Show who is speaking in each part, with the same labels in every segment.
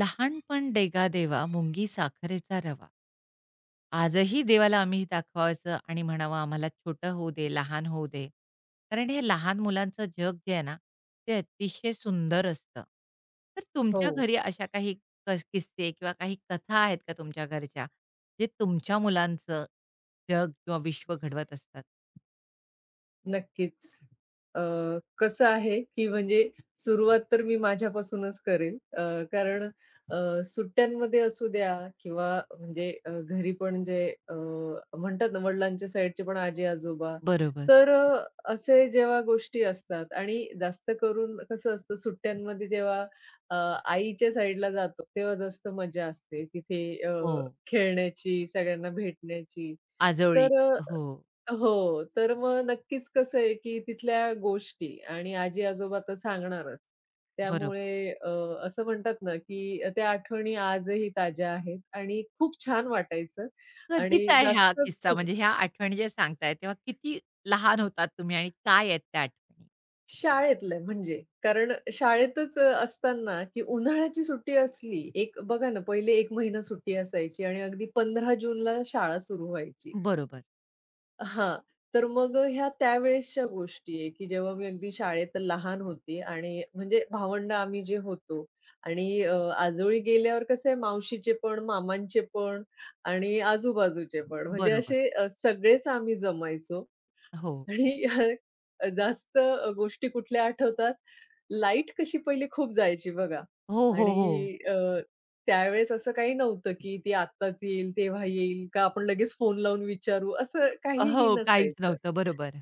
Speaker 1: लहानपण डेगा देवा मुंगी साखरेचा रवा. आजही देवाला आम्ही दाखवायचं आणि म्हणावं आम्हाला छोटं होऊ दे, लहान होऊ दे. कारण हे लहान मुलांचं जग जे आहे ना, ते अतिशय सुंदर असतं. तर तुमच्या
Speaker 2: हो,
Speaker 1: घरी अशा काही कस किस्से किंवा काही कथा आहेत का तुमच्या घरच्या, जे तुमच्या मुलांचं जग किंवा विश्व घडवत असतात?
Speaker 2: नक्कीच. अ, कसं आहे, की म्हणजे सुरुवात तर मी माझ्यापासूनच करेल. कारण अ, सुट्ट्यांमध्ये असू द्या किंवा म्हणजे घरी पण जे अ, म्हणतात ना, वडिलांच्या साईडचे पण आजी-आजोबा,
Speaker 1: बरोबर.
Speaker 2: तर असे जेव्हा गोष्टी असतात आणि जास्त करून कसं असतं सुट्ट्यांमध्ये जेव्हा अ, आईच्या साईडला जातो, तेव्हा जास्त मजा असते. तिथे
Speaker 1: हो.
Speaker 2: खेळण्याची, सगळ्यांना भेटण्याची.
Speaker 1: आजोळी.
Speaker 2: तर
Speaker 1: हो.
Speaker 2: हो, तर मग नक्कीच कसं आहे, की तिथल्या गोष्टी आणि आजी-आजोबा तर सांगणारच.
Speaker 1: बरोबर.
Speaker 2: त्यामुळे असं म्हणतात ना, की त्या आठवणी आजही ताज्या आहेत आणि खूप छान वाटायचं आणि
Speaker 1: कधीचा आहे
Speaker 2: जास्त
Speaker 1: हा किस्सा?
Speaker 2: करून
Speaker 1: म्हणजे ह्या आठवणी ज्या सांगताय, तेव्हा किती लहान होतात तुम्ही आणि काय आहेत त्या आठवणी?
Speaker 2: शाळेतलं म्हणजे. कारण शाळेतच असताना, की उन्हाळ्याची सुट्टी असली, एक बघा ना, पहिले 1 महिना सुट्टी असायची आणि अगदी 15 जूनला शाळा सुरू व्हायची.
Speaker 1: बरोबर,
Speaker 2: हां. तर मग ह्या त्यावेळेसच्या गोष्टी आहे, की जेव्हा मी अगदी शाळेत लहान होती आणि म्हणजे भावंड आम्ही जे होतो आणि आजोळी गेल्यावर कसं आहे मावशीचे पण, मामांचे पण आणि आजूबाजूचे पण म्हणजे
Speaker 1: बरोबर.
Speaker 2: असे सगळेच आम्ही जमायचो
Speaker 1: हो.
Speaker 2: आणि जास्त गोष्टी कुठल्या आठवतात, लाईट कशी पहिली खूप जायची बघा
Speaker 1: हो, हो, हो.
Speaker 2: आणि त्यावेळेस असं काही नव्हतं, की ती आत्ताच येईल, तेव्हा येईल का आपण लगेच फोन लावून विचारू, असं
Speaker 1: हो,
Speaker 2: काहीही
Speaker 1: काहीच
Speaker 2: नसायचं.
Speaker 1: नव्हतं. बरोबर.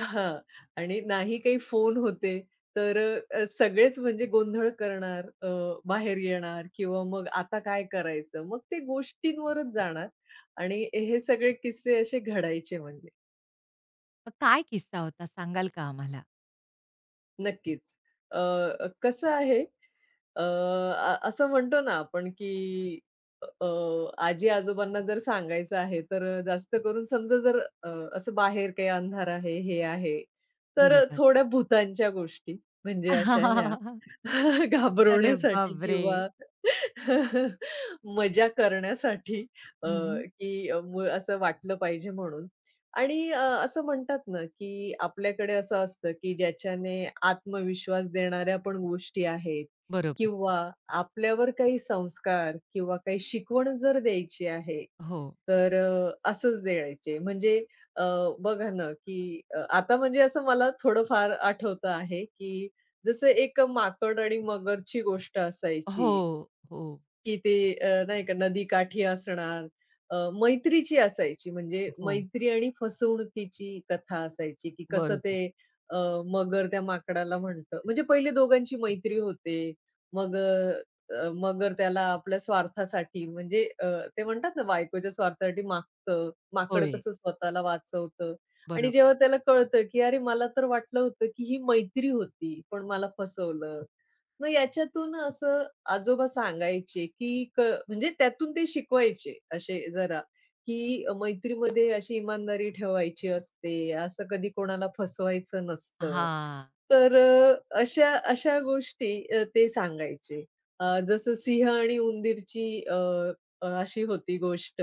Speaker 2: हां. आणि नाही काही फोन होते, तर सगळेच म्हणजे गोंधळ करणार, बाहेर येणार किंवा मग आता काय करायचं? मग ते गोष्टींवरच जाणार आणि हे सगळे किस्से असे घडायचे म्हणजे.
Speaker 1: मग काय किस्सा होता सांगाल का आम्हाला?
Speaker 2: नक्कीच. कसं आहे, अ, अ, असं म्हणतो ना आपण, की अ, आजी-आजोबांना जर सांगायचं आहे, तर जास्त करून समजा जर असं बाहेर काही अंधार आहे, हे आहे, तर
Speaker 1: बरोबर.
Speaker 2: थोड्या भुतांच्या गोष्टी म्हणजे अशा ह्या
Speaker 1: अरे
Speaker 2: घाबरवण्यासाठी
Speaker 1: बापरे!
Speaker 2: किंवा मजा करण्यासाठी अ,
Speaker 1: हं, हं.
Speaker 2: की असं वाटलं पाहिजे म्हणून. आणि असं म्हणतात ना, की आपल्याकडे असं असतं, की ज्याच्याने आत्मविश्वास देणाऱ्या पण गोष्टी आहेत
Speaker 1: बरोबर.
Speaker 2: किंवा आपल्यावर काही संस्कार किंवा काही शिकवण जर द्यायची आहे,
Speaker 1: हो.
Speaker 2: तर असंच द्यायचे. म्हणजे अ, बघा ना, की आता म्हणजे असं मला थोडंफार आठवतं आहे, की जसं एक माकड आणि मगरची गोष्ट असायची.
Speaker 1: हो, हो,
Speaker 2: की ते नाही का नदीकाठी असणार. अ, मैत्रीची असायची म्हणजे
Speaker 1: हो.
Speaker 2: मैत्री आणि फसवणुकीची कथा असायची, की कसं ते
Speaker 1: बरोबर.
Speaker 2: अ, मगर त्या माकडाला म्हणतं. म्हणजे पहिले दोघांची मैत्री होते. मग अ, अ, मगर त्याला आपल्या स्वार्थासाठी म्हणजे ते म्हणतात ना बायकोच्या स्वार्थासाठी मागतं. माकड
Speaker 1: होय.
Speaker 2: कसं स्वतःला वाचवतं आणि जेव्हा
Speaker 1: बरोबर.
Speaker 2: त्याला कळतं, की अरे मला तर वाटलं होतं, की ही मैत्री होती, पण मला फसवलं. मग याच्यातून असं आजोबा सांगायचे, की म्हणजे त्यातून ते शिकवायचे असे जरा, की मैत्रीमध्ये अशी इमानदारी ठेवायची असते, असं कधी कोणाला फसवायचं नसतं.
Speaker 1: हां.
Speaker 2: तर अशा अशा गोष्टी ते सांगायचे. जसं सिंह आणि उंदीरची अ, अ, अशी होती गोष्ट,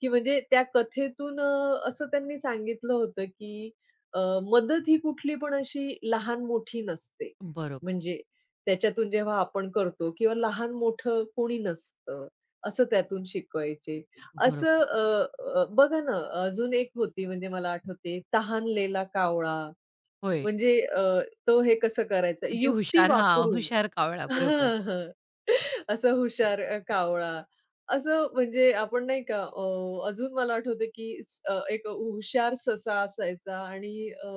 Speaker 2: की म्हणजे त्या कथेतून असं त्यांनी सांगितलं होतं, की अ, मदत ही कुठली पण अशी लहान-मोठी नसते.
Speaker 1: बरोबर,
Speaker 2: म्हणजे त्याच्यातून जेव्हा आपण करतो किंवा लहान-मोठं कोणी नसतं, असं त्यातून शिकवायचे. असं
Speaker 1: बरोबर.
Speaker 2: अ, अ, बघा ना, अजून एक होती म्हणजे मला आठवते, तहानलेला कावळा.
Speaker 1: होय.
Speaker 2: म्हणजे तो हे कसं करायचं
Speaker 1: किती
Speaker 2: युक्ती
Speaker 1: हुशार हां,
Speaker 2: वापरून
Speaker 1: हुशार कावळा. बरोबर.
Speaker 2: हां, हां. असं हुशार कावळा. असं म्हणजे आपण नाही का अजून मला आठवतं की एक हुशार ससा असायचा आणि अ,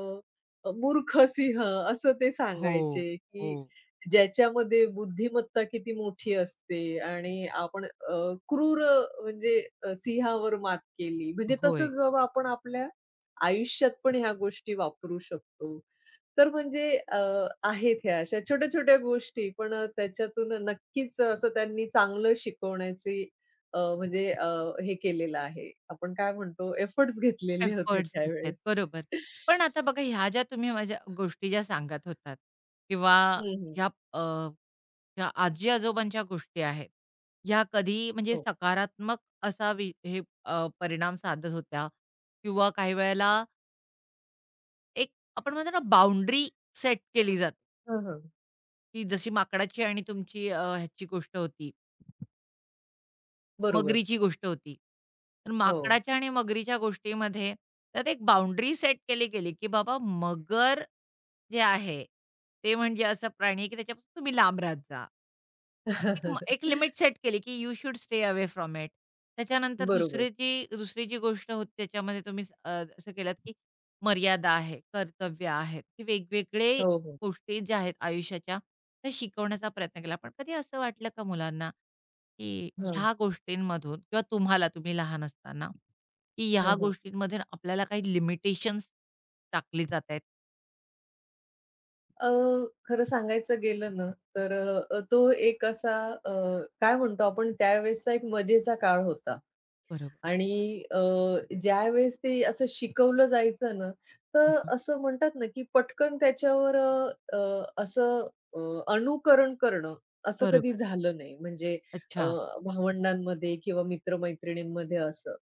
Speaker 2: अ, मूर्ख सिंह असं ते
Speaker 1: हो,
Speaker 2: सांगायचे की
Speaker 1: हो.
Speaker 2: ज्याच्यामध्ये बुद्धिमत्ता किती मोठी असते आणि आपण क्रूर म्हणजे सिंहावर मात केली. म्हणजे
Speaker 1: होय.
Speaker 2: तसंच बाबा आपण आपल्या आयुष्यात पण ह्या गोष्टी वापरू शकतो. तर म्हणजे आहेत ह्या अशा छोट्या-छोट्या गोष्टी, पण त्याच्यातून नक्कीच असं त्यांनी चांगलं शिकवण्याची म्हणजे हे केलेलं आहे. आपण काय म्हणतो एफर्ट्स घेतलेले होते
Speaker 1: एफर्ट्स घेतलेत.
Speaker 2: त्यावेळेस.
Speaker 1: बरोबर. पण आता बघा ह्या ज्या तुम्ही माझ्या गोष्टी ज्या सांगत होतात किंवा
Speaker 2: हम्म हम्म.
Speaker 1: ह्या अ, ह्या आजी-आजोबांच्या गोष्टी आहेत. ह्या कधी म्हणजे
Speaker 2: हो
Speaker 1: सकारात्मक असा वि हे परिणाम साधत होत्या किंवा काही वेळेला एक आपण म्हणतो ना बाउंडरी सेट केली जाते,
Speaker 2: हं, हं. हो. हां, हां.
Speaker 1: की जशी माकडाची आणि तुमची ह्याची गोष्ट होती.
Speaker 2: बरोबर.
Speaker 1: मगरीची गोष्ट होती. तर
Speaker 2: हो.
Speaker 1: माकडाच्या आणि मगरीच्या गोष्टीमध्ये त्यात एक बाउंडरी सेट केली गेली, की बाबा मगर जे आहे, ते म्हणजे असा प्राणी आहे, की त्याच्यापासून तुम्ही लांब राहत जा. एक लिमिट सेट केली, की you should stay away from it. त्याच्यानंतर
Speaker 2: बरोबर.
Speaker 1: दुसरी जी गोष्ट होती त्याच्यामध्ये तुम्ही असं केलात, की मर्यादा आहे, कर्तव्य आहेत, हे वेगवेगळे
Speaker 2: हो, हो.
Speaker 1: गोष्टी ज्या आहेत आयुष्याच्या, त्या शिकवण्याचा प्रयत्न केला. पण कधी असं वाटलं का मुलांना, की
Speaker 2: हां,
Speaker 1: ह्या गोष्टींमधून किंवा तुम्हाला, तुम्ही लहान असताना, की ह्या
Speaker 2: हां, हां.
Speaker 1: गोष्टींमध्ये आपल्याला काही लिमिटेशन्स टाकली जात आहेत.
Speaker 2: अ, खरं सांगायचं गेलं ना, तर तो एक असा अ, काय म्हणतो आपण त्यावेळेसचा एक मजेचा काळ होता.
Speaker 1: बरोबर.
Speaker 2: आणि ज्यावेळेस ते असं शिकवलं जायचं ना,
Speaker 1: हं,
Speaker 2: तर
Speaker 1: हं.
Speaker 2: असं म्हणतात ना, की पटकन त्याच्यावर अ, अ, असं अ, अनुकरण करणं असं कधी
Speaker 1: बरोबर.
Speaker 2: झालं नाही. म्हणजे अ,
Speaker 1: अच्छा.
Speaker 2: भावंडांमध्ये किंवा मित्र-मैत्रिणींमध्ये असं.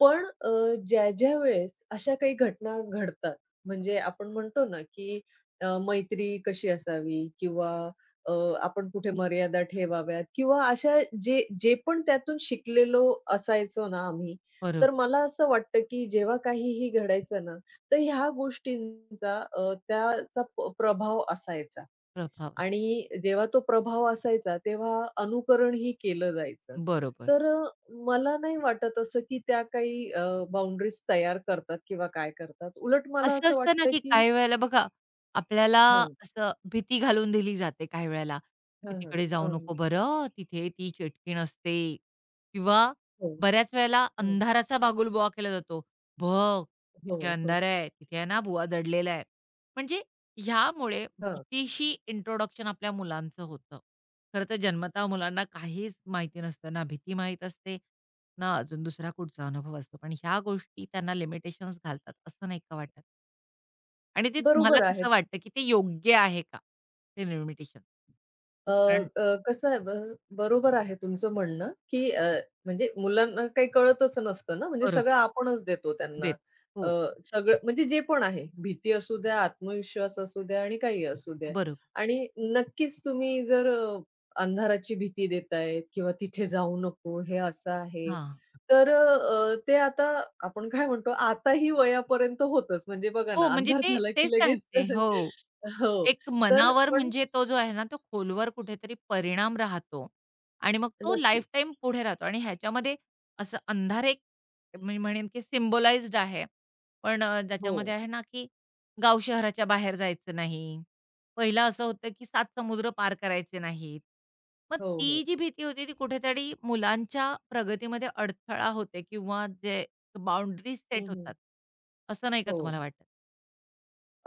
Speaker 2: पण ज्या-ज्या वेळेस अशा काही घटना घडतात, म्हणजे आपण म्हणतो ना, की मैत्री कशी असावी किंवा अ, आपण कुठे मर्यादा ठेवाव्यात किंवा अशा जे जे पण त्यातून शिकलेलो असायचो ना आम्ही,
Speaker 1: बरोबर.
Speaker 2: तर मला असं वाटतं, की जेव्हा काहीही घडायचं ना, तर ह्या गोष्टींचा त्याचा प्रभाव असायचा.
Speaker 1: प्रभाव.
Speaker 2: आणि जेव्हा तो प्रभाव असायचा, तेव्हा अनुकरणही केलं जायचं.
Speaker 1: बरोबर.
Speaker 2: तर मला नाही वाटत असं, की त्या काही बाउंडरीज तयार करतात किंवा काय करतात. उलट मला
Speaker 1: असं
Speaker 2: असं
Speaker 1: असतं ना,
Speaker 2: वाटतं,
Speaker 1: की
Speaker 2: की
Speaker 1: काही वेळेला बघा, आपल्याला
Speaker 2: हां.
Speaker 1: असं भीती घालून दिली जाते काही वेळेला, की
Speaker 2: हां, हां.
Speaker 1: "तिकडे जाऊ
Speaker 2: हां.
Speaker 1: नको बरं, तिथे ती चिटकीण असते." किंवा
Speaker 2: हो.
Speaker 1: बऱ्याच वेळेला
Speaker 2: हां.
Speaker 1: अंधाराचा बागुलबुवा केला जातो. "बघ,
Speaker 2: हो,
Speaker 1: तिथे
Speaker 2: हो.
Speaker 1: अंधार आहे, तिथे आहे ना बुवा दडलेला आहे." म्हणजे ह्यामुळे
Speaker 2: हां.
Speaker 1: भीतीशी इंट्रोडक्शन आपल्या मुलांचं होतं. खरं तर जन्मतः मुलांना काहीच माहिती नसतं. ना भीती माहीत असते, ना अजून दुसरा कुठचा अनुभव असतो. पण ह्या गोष्टी त्यांना लिमिटेशन्स घालतात, असं नाही का वाटत? आणि ते तुम्हाला
Speaker 2: बरोबर आहे.
Speaker 1: कसं वाटतं, की ते योग्य आहे का? ते लिमिटेशन
Speaker 2: अ,
Speaker 1: कारण
Speaker 2: अ, कसं आहे बरोबर आहे तुमचं म्हणणं, की म्हणजे मुलांना काही कळतच नसतं ना, म्हणजे सगळं
Speaker 1: बरोबर.
Speaker 2: आपणच देतो त्यांना.
Speaker 1: देत.
Speaker 2: अ,
Speaker 1: हो,
Speaker 2: सगळं म्हणजे जे पण आहे, भीती असू द्या, आत्मविश्वास असू द्या आणि काही असू द्या.
Speaker 1: बरोबर.
Speaker 2: आणि नक्कीच तुम्ही जर अंधाराची भीती देतायत किंवा तिथे जाऊ नको, हे असं आहे,
Speaker 1: हां.
Speaker 2: तर ते आता आपण काय म्हणतो, आताही वयापर्यंत होतंच. म्हणजे बघा
Speaker 1: हो,
Speaker 2: ना,
Speaker 1: म्हणजे
Speaker 2: अंधार
Speaker 1: ते
Speaker 2: झाला
Speaker 1: तेच
Speaker 2: की लगेच
Speaker 1: सांगते. हो.
Speaker 2: हो,
Speaker 1: एक
Speaker 2: तर
Speaker 1: मनावर
Speaker 2: पण
Speaker 1: म्हणजे तो जो आहे ना, तो खोलवर कुठेतरी परिणाम राहतो आणि मग तो
Speaker 2: नक्कीच.
Speaker 1: लाईफटाईम पुढे राहतो आणि ह्याच्यामध्ये असं अंधार एक मी म्हणेन की सिम्बोलाइज्ड आहे. पण
Speaker 2: हो.
Speaker 1: ज्याच्यामध्ये आहे ना, की गाव शहराच्या बाहेर जायचं नाही. पहिलं असं होतं की 7 समुद्र पार करायचे नाहीत. मग
Speaker 2: हो,
Speaker 1: ती
Speaker 2: हो.
Speaker 1: जी भीती होती ती कुठेतरी मुलांच्या प्रगतीमध्ये अडथळा होते किंवा जे बाउंडरीज सेट
Speaker 2: हं, हं.
Speaker 1: होतात. असं नाही का
Speaker 2: हो.
Speaker 1: तुम्हाला वाटत?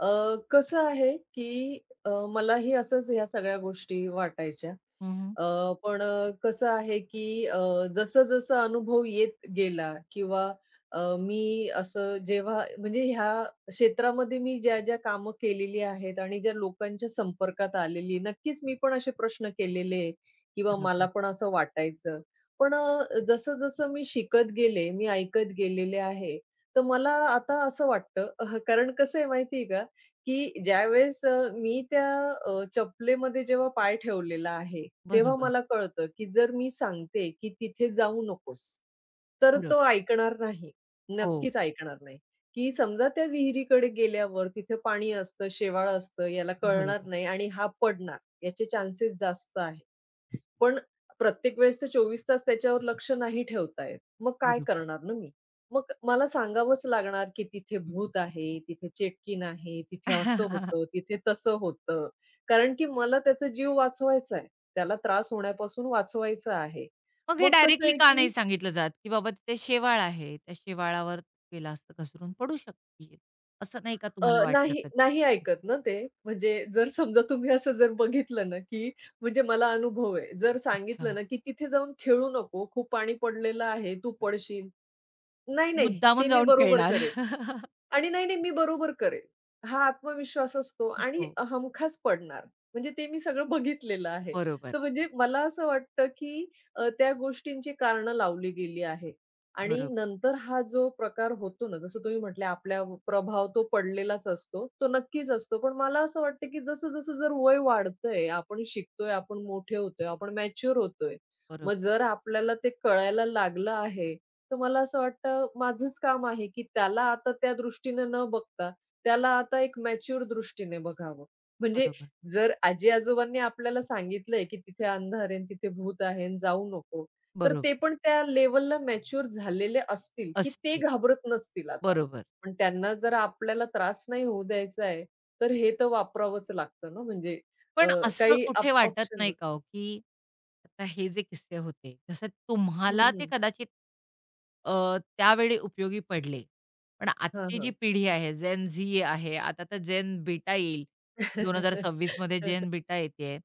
Speaker 2: अ, कसं आहे, की मलाही असंच ह्या सगळ्या गोष्टी वाटायच्या.
Speaker 1: हं, हं.
Speaker 2: अ, पण कसं आहे, की जसं-जसं अनुभव येत गेला किंवा मी असं जेव्हा म्हणजे ह्या क्षेत्रामध्ये मी ज्या-ज्या कामं केलेली आहेत आणि ज्या लोकांच्या संपर्कात आलेली, नक्कीच मी पण असे प्रश्न केलेले किंवा
Speaker 1: बरोबर,
Speaker 2: मला पण असं वाटायचं. पण जसं-जसं मी शिकत गेले, मी ऐकत गेलेले आहे, तर मला आता असं वाटतं अह, कारण कसं आहे माहिती आहे की ज्यावेळेस मी त्या चपलेमध्ये जेव्हा पाय ठेवलेला आहे, तेव्हा
Speaker 1: बरोबर,
Speaker 2: मला कळतं, की जर मी सांगते, की "तिथे जाऊ नकोस." तर
Speaker 1: बरोबर.
Speaker 2: तो ऐकणार नाही.
Speaker 1: हो,
Speaker 2: नक्कीच ऐकणार नाही. की समजा त्या विहिरीकडे गेल्यावर तिथे पाणी असतं, शेवाळ असतं, याला कळणार
Speaker 1: बरोबर,
Speaker 2: नाही आणि हा पडणार. याचे चान्सेस जास्त आहेत. पण प्रत्येक वेळेस तर 24 तास त्याच्यावर लक्ष नाही ठेवता येत. मग काय
Speaker 1: बरोबर.
Speaker 2: करणार ना मी? मग मला सांगावंच लागणार, की तिथे भूत आहे, तिथे चेटकीण आहे, तिथे असं होतं, तिथे तसं होतं. कारण की मला त्याचा जीव वाचवायचा आहे. त्याला त्रास होण्यापासून वाचवायचं आहे.
Speaker 1: मग हे
Speaker 2: मग कसं
Speaker 1: डायरेक्टली
Speaker 2: आहे,
Speaker 1: का नाही
Speaker 2: की
Speaker 1: सांगितलं जात, की बाबा तिथे शेवाळ आहे, त्या शेवाळावर केला असतं घसरून पडू शकते. असं नाही का तुम्हाला वाटलं
Speaker 2: नाही
Speaker 1: कधी?
Speaker 2: नाही ऐकत ना ते. म्हणजे जर समजा तुम्ही असं जर बघितलं ना, की म्हणजे मला अनुभव आहे. जर
Speaker 1: अच्छा.
Speaker 2: सांगितलं ना, की "तिथे जाऊन खेळू नको, खूप पाणी पडलेलं आहे, तू पडशील." नाही, नाही.
Speaker 1: मुद्दामून
Speaker 2: ते मी
Speaker 1: जाऊन
Speaker 2: बरोबर
Speaker 1: खेळणार.
Speaker 2: करेल आणि नाही, नाही, मी बरोबर करेल. हा आत्मविश्वास असतो आणि
Speaker 1: हो,
Speaker 2: हमखास पडणार. म्हणजे ते मी सगळं बघितलेलं आहे.
Speaker 1: बरोबर,
Speaker 2: तर म्हणजे मला असं वाटतं, की त्या गोष्टींची कारणं लावली गेली आहे आणि
Speaker 1: बरोबर,
Speaker 2: नंतर हा जो प्रकार होतो ना, जसं तुम्ही म्हटले आपल्या प्रभाव तो पडलेलाच असतो. तो नक्कीच असतो. पण मला असं वाटतं, की जसं-जसं जर वय वाढतंय, आपण शिकतोय, आपण मोठे होतोय, आपण मॅच्युअर होतोय.
Speaker 1: बरोबर,
Speaker 2: मग जर आपल्याला ते कळायला लागलं आहे, तर मला असं वाटतं माझंच काम आहे, की त्याला आता त्या दृष्टीने न बघता, त्याला आता एक मॅच्युअर दृष्टीने बघावं. म्हणजे
Speaker 1: बरोबर,
Speaker 2: जर आजी-आजोबांनी आपल्याला सांगितलंय, की तिथे अंधार आहे आणि तिथे भूत आहे आणि जाऊ नको, तर
Speaker 1: बरोबर.
Speaker 2: ते पण त्या लेव्हलला मॅच्युअर झालेले असतील, की ते
Speaker 1: असते.
Speaker 2: घाबरत नसतील आता.
Speaker 1: बरोबर.
Speaker 2: पण त्यांना जर आपल्याला त्रास नाही होऊ द्यायचा आहे, तर हे तर वापरावंच लागतं ना म्हणजे अ,
Speaker 1: पण असं
Speaker 2: काही
Speaker 1: कुठे वाटत
Speaker 2: ऑप्शन
Speaker 1: नाही का हो,
Speaker 2: नसतं.
Speaker 1: की आता हे जे किस्से होते, जसं
Speaker 2: हं,
Speaker 1: तुम्हाला ते
Speaker 2: हं.
Speaker 1: कदाचित त्यावेळी उपयोगी पडले. पण
Speaker 2: हां,
Speaker 1: आजची जी
Speaker 2: हां.
Speaker 1: पिढी आहे, जेन झी आहे, आता तर जेन बीटा येईल. 2026 मध्ये जेन बीटा येतेय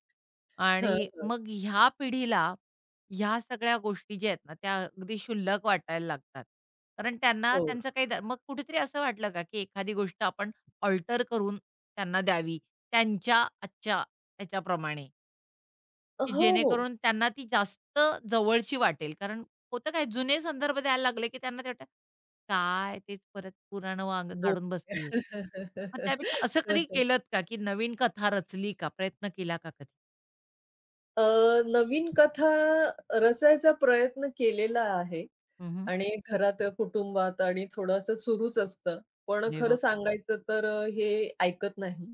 Speaker 2: हां,
Speaker 1: आणि
Speaker 2: हां.
Speaker 1: मग ह्या पिढीला ह्या सगळ्या गोष्टी ज्या आहेत ना, त्या अगदी क्षुल्लक वाटायला लागतात. कारण त्यांना
Speaker 2: हो.
Speaker 1: त्यांचं काही द मग कुठेतरी असं वाटलं का, की एखादी गोष्ट आपण अल्टर करून त्यांना द्यावी, त्यांच्या आजच्या त्याच्याप्रमाणे, की
Speaker 2: हो, हो.
Speaker 1: जेणेकरून त्यांना ती जास्त जवळची वाटेल. कारण होतं काय जुने संदर्भ द्यायला लागले, की त्यांना ते वाटतं, "काय तेच परत पुराणं वांग
Speaker 2: बो
Speaker 1: काढून बसलीये." मग त्यापेक्षा असं कधी केलत का, की नवीन कथा रचली का? प्रयत्न केला का कधी?
Speaker 2: अ, नवीन कथा रचायचा प्रयत्न केलेला आहे
Speaker 1: हं, हं.
Speaker 2: आणि घरात, कुटुंबात आणि थोडंसं सुरूच असतं. पण
Speaker 1: अरे
Speaker 2: खरं
Speaker 1: वाह!
Speaker 2: सांगायचं तर हे ऐकत नाही.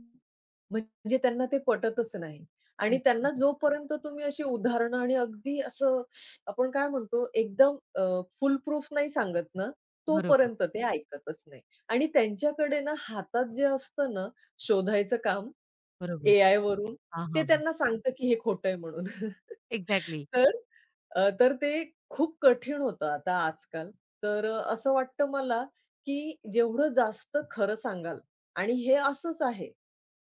Speaker 2: म्हणजे त्यांना ते पटतच नाही आणि
Speaker 1: अच्छा.
Speaker 2: त्यांना जोपर्यंत तुम्ही अशी उदाहरणं आणि अगदी असं आपण काय म्हणतो एकदम फुल प्रूफ नाही सांगत ना,
Speaker 1: बरोबर,
Speaker 2: तोपर्यंत ते ऐकतच नाही आणि त्यांच्याकडे ना हातात जे असतं ना शोधायचं काम
Speaker 1: बरोबर.
Speaker 2: एआय वरून
Speaker 1: हां,
Speaker 2: ते
Speaker 1: हां, हां.
Speaker 2: त्यांना सांगतं, की हे खोटं आहे म्हणून.
Speaker 1: एक्झॅक्टली.
Speaker 2: तर तर ते खूप कठीण होतं आता आजकाल. तर असं वाटतं मला, की जेवढं जास्त खरं सांगाल आणि हे असंच आहे,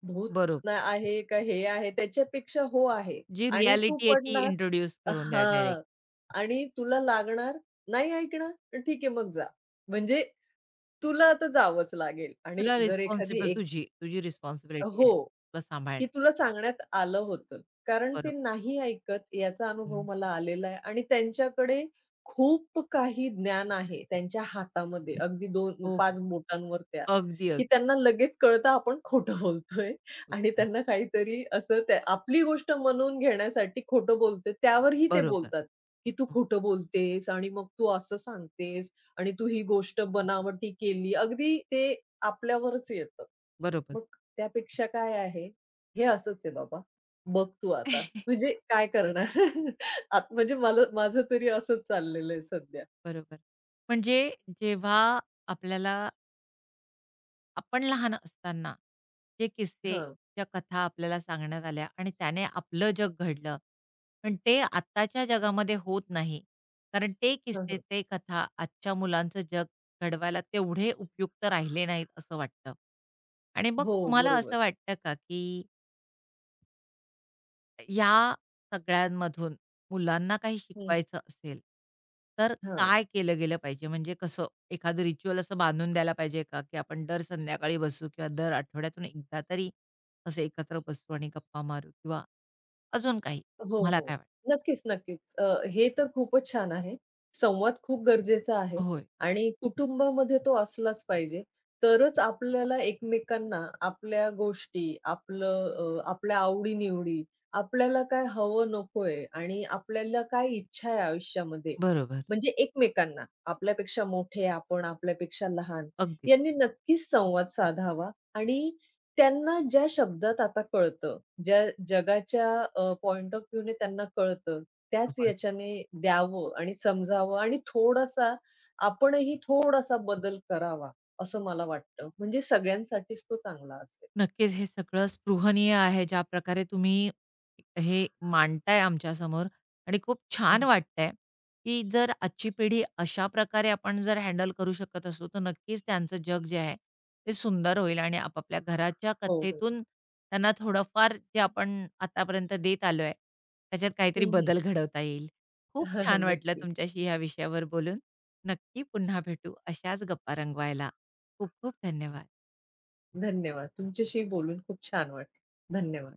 Speaker 2: भूत
Speaker 1: बरोबर.
Speaker 2: ना आहे का हे आहे त्याच्यापेक्षा हो आहे
Speaker 1: जी
Speaker 2: आणि तू
Speaker 1: रिॲलिटी आहे ती
Speaker 2: पडणार
Speaker 1: इंट्रोड्यूस करून द्या डायरेक्ट.
Speaker 2: हां. आणि तुला लागणार, नाही ऐकणार तर ठीक आहे मग जा. म्हणजे तुला आता जावंच लागेल आणि
Speaker 1: तुला
Speaker 2: जर एखादी
Speaker 1: रिस्पॉन्सिबल
Speaker 2: एक
Speaker 1: तुझी रिस्पॉन्सिबिलिटी आहे
Speaker 2: हो.
Speaker 1: तुला
Speaker 2: की
Speaker 1: सांभाळणे.
Speaker 2: तुला सांगण्यात आलं होतं. कारण ते
Speaker 1: बरोबर.
Speaker 2: नाही ऐकत याचा अनुभव
Speaker 1: हं.
Speaker 2: मला आलेला आहे आणि त्यांच्याकडे खूप काही ज्ञान आहे त्यांच्या हातामध्ये. अगदी
Speaker 1: हो, हो.
Speaker 2: 2-5 बोटांवर त्या,
Speaker 1: अगदी,
Speaker 2: की त्यांना लगेच कळतं आपण खोटं बोलतोय आणि
Speaker 1: अगदी.
Speaker 2: त्यांना काहीतरी असं त्या आपली गोष्ट म्हणून घेण्यासाठी खोटं बोलतोय त्यावरही ते
Speaker 1: बरोबर.
Speaker 2: बोलतात, की "तू
Speaker 1: हं.
Speaker 2: खोटं बोलतेस आणि मग तू असं सांगतेस आणि तू ही गोष्ट बनावटी केली." अगदी ते आपल्यावरच येतं.
Speaker 1: बरोबर.
Speaker 2: मग त्यापेक्षा काय आहे हे असंच आहे बाबा. बघ तू आता. म्हणजे काय करणार? आत म्हणजे मला माझं तरी असंच चाललेलं आहे सध्या.
Speaker 1: बरोबर. म्हणजे जेव्हा आपल्याला आपण लहान असताना जे किस्से,
Speaker 2: हां.
Speaker 1: ज्या कथा आपल्याला सांगण्यात आल्या आणि त्याने आपलं जग घडलं. पण ते आत्ताच्या जगामध्ये होत नाही. कारण ते
Speaker 2: हां,
Speaker 1: किस्से,
Speaker 2: हां.
Speaker 1: ते कथा आजच्या मुलांचं जग घडवायला तेवढे उपयुक्त राहिले नाहीत असं वाटतं. आणि मग
Speaker 2: हो,
Speaker 1: तुम्हाला
Speaker 2: बरोबर.
Speaker 1: असं वाटतं का, की या सगळ्यांमधून मुलांना काही
Speaker 2: हं.
Speaker 1: शिकवायचं असेल, तर
Speaker 2: हां.
Speaker 1: काय केलं गेलं पाहिजे? म्हणजे कसं एखादं रिच्युअल असं बांधून द्यायला पाहिजे का, की आपण दर संध्याकाळी बसू किंवा दर आठवड्यातून एकदा तरी असं एकत्र बसू आणि गप्पा मारू किंवा अजून काही?
Speaker 2: हो,
Speaker 1: तुम्हाला
Speaker 2: हो.
Speaker 1: काय वाटतं?
Speaker 2: नक्कीच, नक्कीच. हे तर खूपच छान आहे. संवाद खूप गरजेचा आहे
Speaker 1: होय,
Speaker 2: आणि कुटुंबामध्ये तो असलाच पाहिजे. तरच आपल्याला एकमेकांना आपल्या गोष्टी, आपलं आपल्या आवडी-निवडी, आपल्याला काय हवं नकोय आणि आपल्याला काय इच्छा आहे आयुष्यामध्ये,
Speaker 1: बरोबर.
Speaker 2: म्हणजे एकमेकांना, आपल्यापेक्षा मोठे, आपण आपल्यापेक्षा लहान
Speaker 1: अगदीच.
Speaker 2: यांनी नक्कीच संवाद साधावा आणि त्यांना ज्या शब्दात आता कळतं ज्या जगाच्या पॉइंट ऑफ व्ह्यूने त्यांना कळतं, त्याच याच्याने द्यावं आणि समजावं आणि थोडासा आपणही थोडासा बदल करावा, असं मला वाटतं. म्हणजे सगळ्यांसाठीच तो चांगला असेल.
Speaker 1: नक्कीच, हे सगळं स्पृहणीय आहे, ज्या प्रकारे तुम्ही हे मांडताय आमच्यासमोर आणि खूप
Speaker 2: हं,
Speaker 1: छान
Speaker 2: हं.
Speaker 1: वाटतंय, की जर आजची पिढी अशा प्रकारे आपण जर हँडल करू शकत असू, तर नक्कीच त्यांचं जग जे आहे, ते सुंदर होईल आणि आपापल्या घराच्या
Speaker 2: हो. हो.
Speaker 1: कथेतून त्यांना थोडंफार जे आपण आतापर्यंत देत आलोय, त्याच्यात काहीतरी
Speaker 2: हं, हं.
Speaker 1: बदल घडवता येईल. खूप छान वाटलं
Speaker 2: नक्की.
Speaker 1: तुमच्याशी ह्या विषयावर बोलून. नक्की पुन्हा भेटू अशाच गप्पा रंगवायला. खूप खूप धन्यवाद.
Speaker 2: धन्यवाद. तुमच्याशी बोलून खूप छान वाटलं. धन्यवाद.